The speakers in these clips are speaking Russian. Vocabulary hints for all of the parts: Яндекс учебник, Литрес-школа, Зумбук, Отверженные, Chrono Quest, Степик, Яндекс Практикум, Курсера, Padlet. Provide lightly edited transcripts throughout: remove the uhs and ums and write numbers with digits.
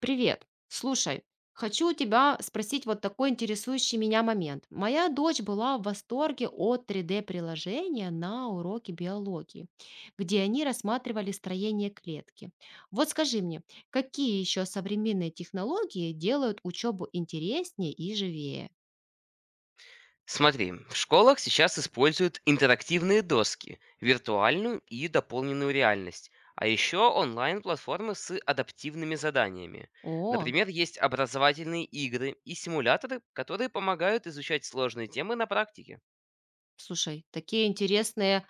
Привет. Слушай, хочу у тебя спросить вот такой интересующий меня момент. Моя дочь была в восторге от 3D-приложения на уроке биологии, где они рассматривали строение клетки. Вот скажи мне, какие еще современные технологии делают учебу интереснее и живее? Смотри, в школах сейчас используют интерактивные доски, виртуальную и дополненную реальность, а еще онлайн-платформы с адаптивными заданиями. О. Например, есть образовательные игры и симуляторы, которые помогают изучать сложные темы на практике. Слушай, такие интересные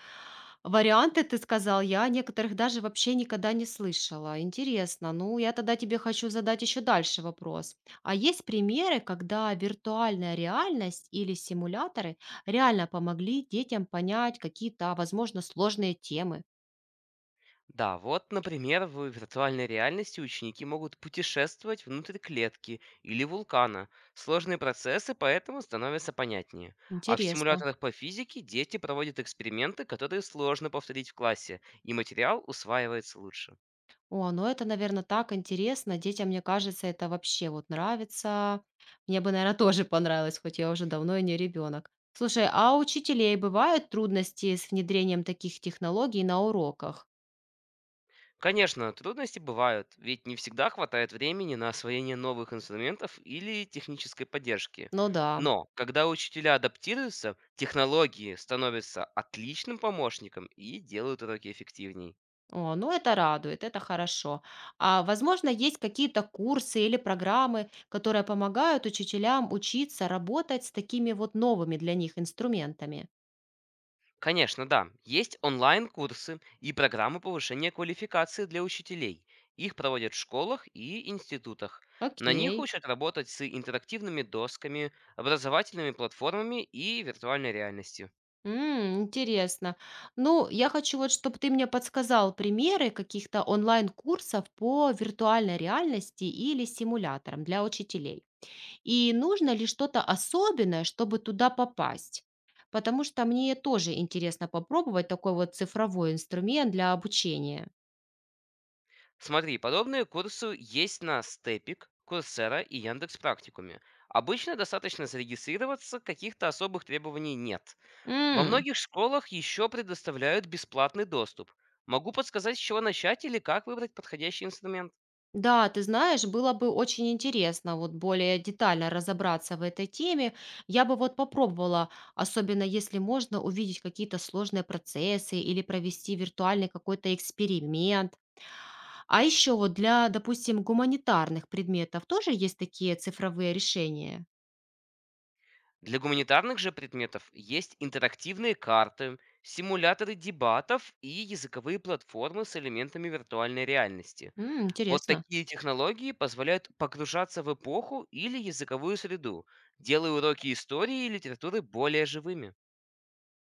варианты ты сказал. Я о некоторых даже вообще никогда не слышала. Интересно. Ну, я тогда тебе хочу задать еще дальше вопрос. А есть примеры, когда виртуальная реальность или симуляторы реально помогли детям понять какие-то, возможно, сложные темы? Да, вот, например, в виртуальной реальности ученики могут путешествовать внутрь клетки или вулкана. Сложные процессы поэтому становятся понятнее. А в Интересно. симуляторах по физике дети проводят эксперименты, которые сложно повторить в классе, и материал усваивается лучше. О, ну это, наверное, так интересно. Детям, мне кажется, это вообще вот нравится. Мне бы, наверное, тоже понравилось, хоть я уже давно и не ребенок. Слушай, а у учителей бывают трудности с внедрением таких технологий на уроках? Конечно, трудности бывают, ведь не всегда хватает времени на освоение новых инструментов или технической поддержки. Ну да. Но когда учителя адаптируются, технологии становятся отличным помощником и делают уроки эффективнее. О, ну это радует, это хорошо. А возможно, есть какие-то курсы или программы, которые помогают учителям учиться работать с такими вот новыми для них инструментами? Конечно, да. Есть онлайн-курсы и программы повышения квалификации для учителей. Их проводят в школах и институтах. На них Окей. учат работать с интерактивными досками, образовательными платформами и виртуальной реальностью. М, интересно. Ну, я хочу вот, чтобы ты мне подсказал примеры каких-то онлайн-курсов по виртуальной реальности или симуляторам для учителей. И нужно ли что-то особенное, чтобы туда попасть? Потому что мне тоже интересно попробовать такой вот цифровой инструмент для обучения. Смотри, подобные курсы есть на Степик, Курсера и Яндекс Практикуме. Обычно достаточно зарегистрироваться, каких-то особых требований нет. Во многих школах еще предоставляют бесплатный доступ. Могу подсказать, с чего начать или как выбрать подходящий инструмент. Да, ты знаешь, было бы очень интересно вот более детально разобраться в этой теме. Я бы вот попробовала, особенно если можно, увидеть какие-то сложные процессы или провести виртуальный какой-то эксперимент. А еще вот для, допустим, гуманитарных предметов тоже есть такие цифровые решения? Для гуманитарных же предметов есть интерактивные карты, симуляторы дебатов и языковые платформы с элементами виртуальной реальности. М, Вот интересно. такие технологии позволяют погружаться в эпоху или языковую среду, делая уроки истории и литературы более живыми.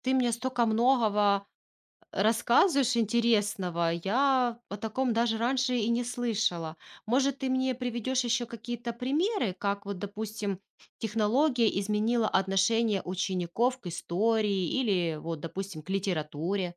Ты мне столько многого рассказываешь интересного. Я о таком даже раньше и не слышала. Может, ты мне приведешь еще какие-то примеры, как вот, допустим, технология изменила отношение учеников к истории или вот, допустим, к литературе?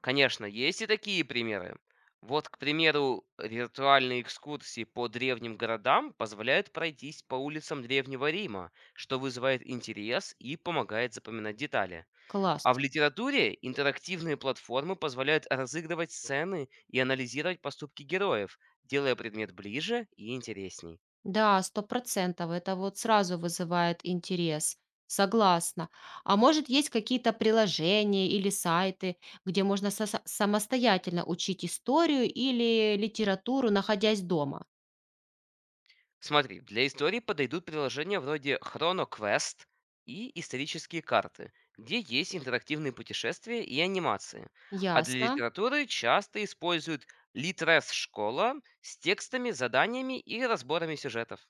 Конечно, есть и такие примеры. Вот, к примеру, виртуальные экскурсии по древним городам позволяют пройтись по улицам Древнего Рима, что вызывает интерес и помогает запоминать детали. Класс. А в литературе интерактивные платформы позволяют разыгрывать сцены и анализировать поступки героев, делая предмет ближе и интересней. Да, сто процентов. Это вот сразу вызывает интерес. Согласна. А может, есть какие-то приложения или сайты, где можно самостоятельно учить историю или литературу, находясь дома? Смотри, для истории подойдут приложения вроде Chrono Quest и исторические карты, где есть интерактивные путешествия и анимации. А для Ясно. литературы часто используют Литрес-школа с текстами, заданиями и разборами сюжетов.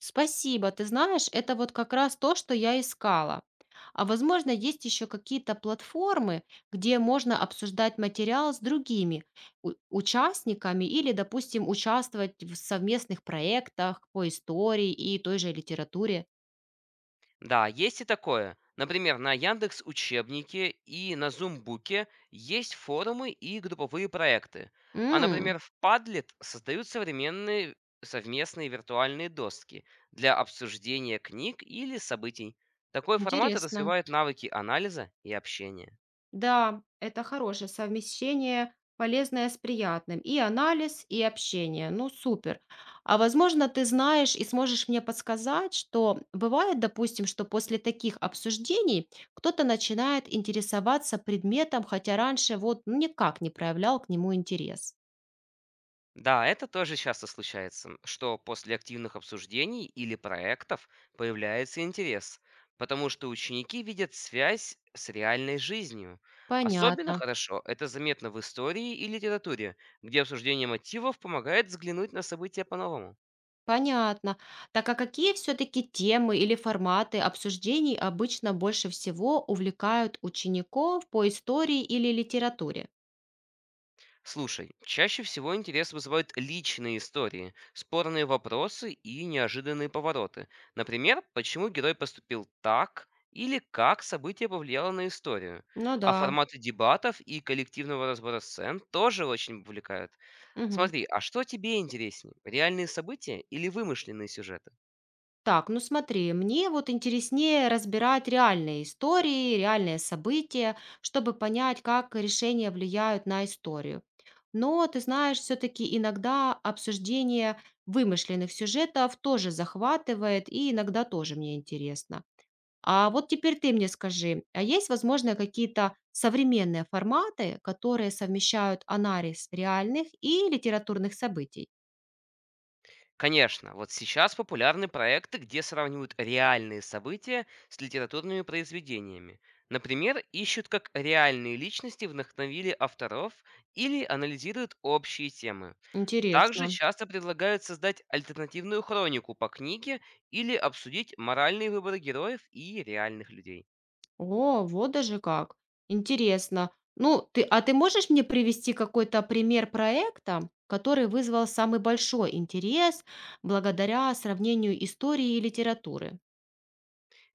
Спасибо. Ты знаешь, это вот как раз то, что я искала. А возможно, есть еще какие-то платформы, где можно обсуждать материал с другими участниками или, допустим, участвовать в совместных проектах по истории и той же литературе. Да, есть и такое. Например, на Яндекс учебнике и на Зумбуке есть форумы и групповые проекты. А, М, например, в Padlet создают современные совместные виртуальные доски для обсуждения книг или событий. Такой формат интересно. развивает навыки анализа и общения. Да, это хорошее совмещение, полезное с приятным. И анализ, и общение. Ну, супер. А возможно, ты знаешь и сможешь мне подсказать, что бывает, допустим, что после таких обсуждений кто-то начинает интересоваться предметом, хотя раньше вот ну, никак не проявлял к нему интерес. Да, это тоже часто случается, что после активных обсуждений или проектов появляется интерес, потому что ученики видят связь с реальной жизнью. Особенно Понятно. хорошо это заметно в истории и литературе, где обсуждение мотивов помогает взглянуть на события по-новому. Понятно. Так а какие все-таки темы или форматы обсуждений обычно больше всего увлекают учеников по истории или литературе? Слушай, чаще всего интерес вызывают личные истории, спорные вопросы и неожиданные повороты. Например, почему герой поступил так или как событие повлияло на историю. Ну А да. форматы дебатов и коллективного разбора сцен тоже очень увлекают. Мгм. Смотри, а что тебе интереснее? Реальные события или вымышленные сюжеты? Так, ну смотри, мне вот интереснее разбирать реальные истории, реальные события, чтобы понять, как решения влияют на историю. Но, ты знаешь, все-таки иногда обсуждение вымышленных сюжетов тоже захватывает, и иногда тоже мне интересно. А вот теперь ты мне скажи, а есть, возможно, какие-то современные форматы, которые совмещают анализ реальных и литературных событий? Конечно, вот сейчас популярны проекты, где сравнивают реальные события с литературными произведениями. Например, ищут, как реальные личности вдохновили авторов или анализируют общие темы. Также Интересно. часто предлагают создать альтернативную хронику по книге или обсудить моральные выборы героев и реальных людей. О, вот даже как. Интересно. Ну, ты, а ты можешь мне привести какой-то пример проекта, который вызвал самый большой интерес благодаря сравнению истории и литературы?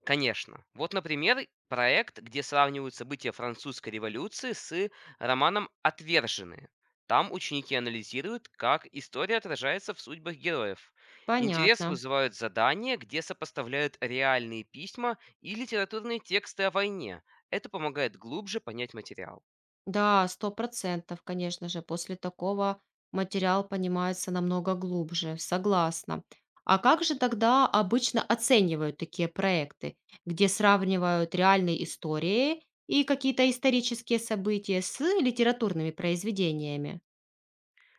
Конечно. Вот, например, проект, где сравнивают события французской революции с романом «Отверженные». Там ученики анализируют, как история отражается в судьбах героев. Интерес Понятно. вызывают задания, где сопоставляют реальные письма и литературные тексты о войне. Это помогает глубже понять материал. Да, 100%, конечно же, после такого материал понимается намного глубже, согласна. А как же тогда обычно оценивают такие проекты, где сравнивают реальные истории и какие-то исторические события с литературными произведениями?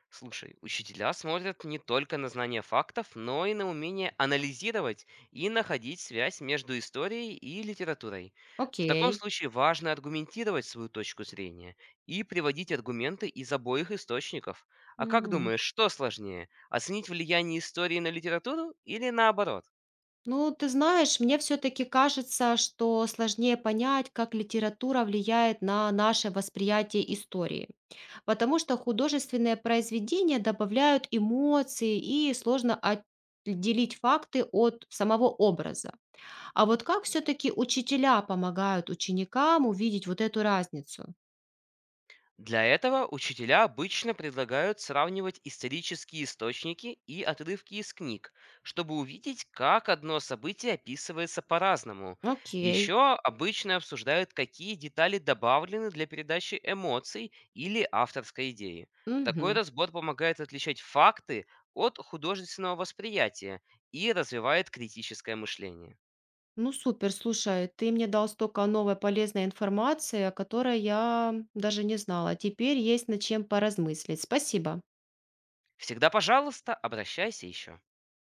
Слушай, учителя смотрят не только на знание фактов, но и на умение анализировать и находить связь между историей и литературой. В таком Окей. случае важно аргументировать свою точку зрения и приводить аргументы из обоих источников. А как М. думаешь, что сложнее, оценить влияние истории на литературу или наоборот? Ну, ты знаешь, мне все-таки кажется, что сложнее понять, как литература влияет на наше восприятие истории. Потому что художественные произведения добавляют эмоции и сложно отделить факты от самого образа. А вот как все-таки учителя помогают ученикам увидеть вот эту разницу? Для этого учителя обычно предлагают сравнивать исторические источники и отрывки из книг, чтобы увидеть, как одно событие описывается по-разному. Окей. Еще обычно обсуждают, какие детали добавлены для передачи эмоций или авторской идеи. Такой Мгм. разбор помогает отличать факты от художественного восприятия и развивает критическое мышление. Ну супер, слушай, ты мне дал столько новой полезной информации, о которой я даже не знала. Теперь есть над чем поразмыслить. Спасибо. Всегда, пожалуйста, обращайся еще.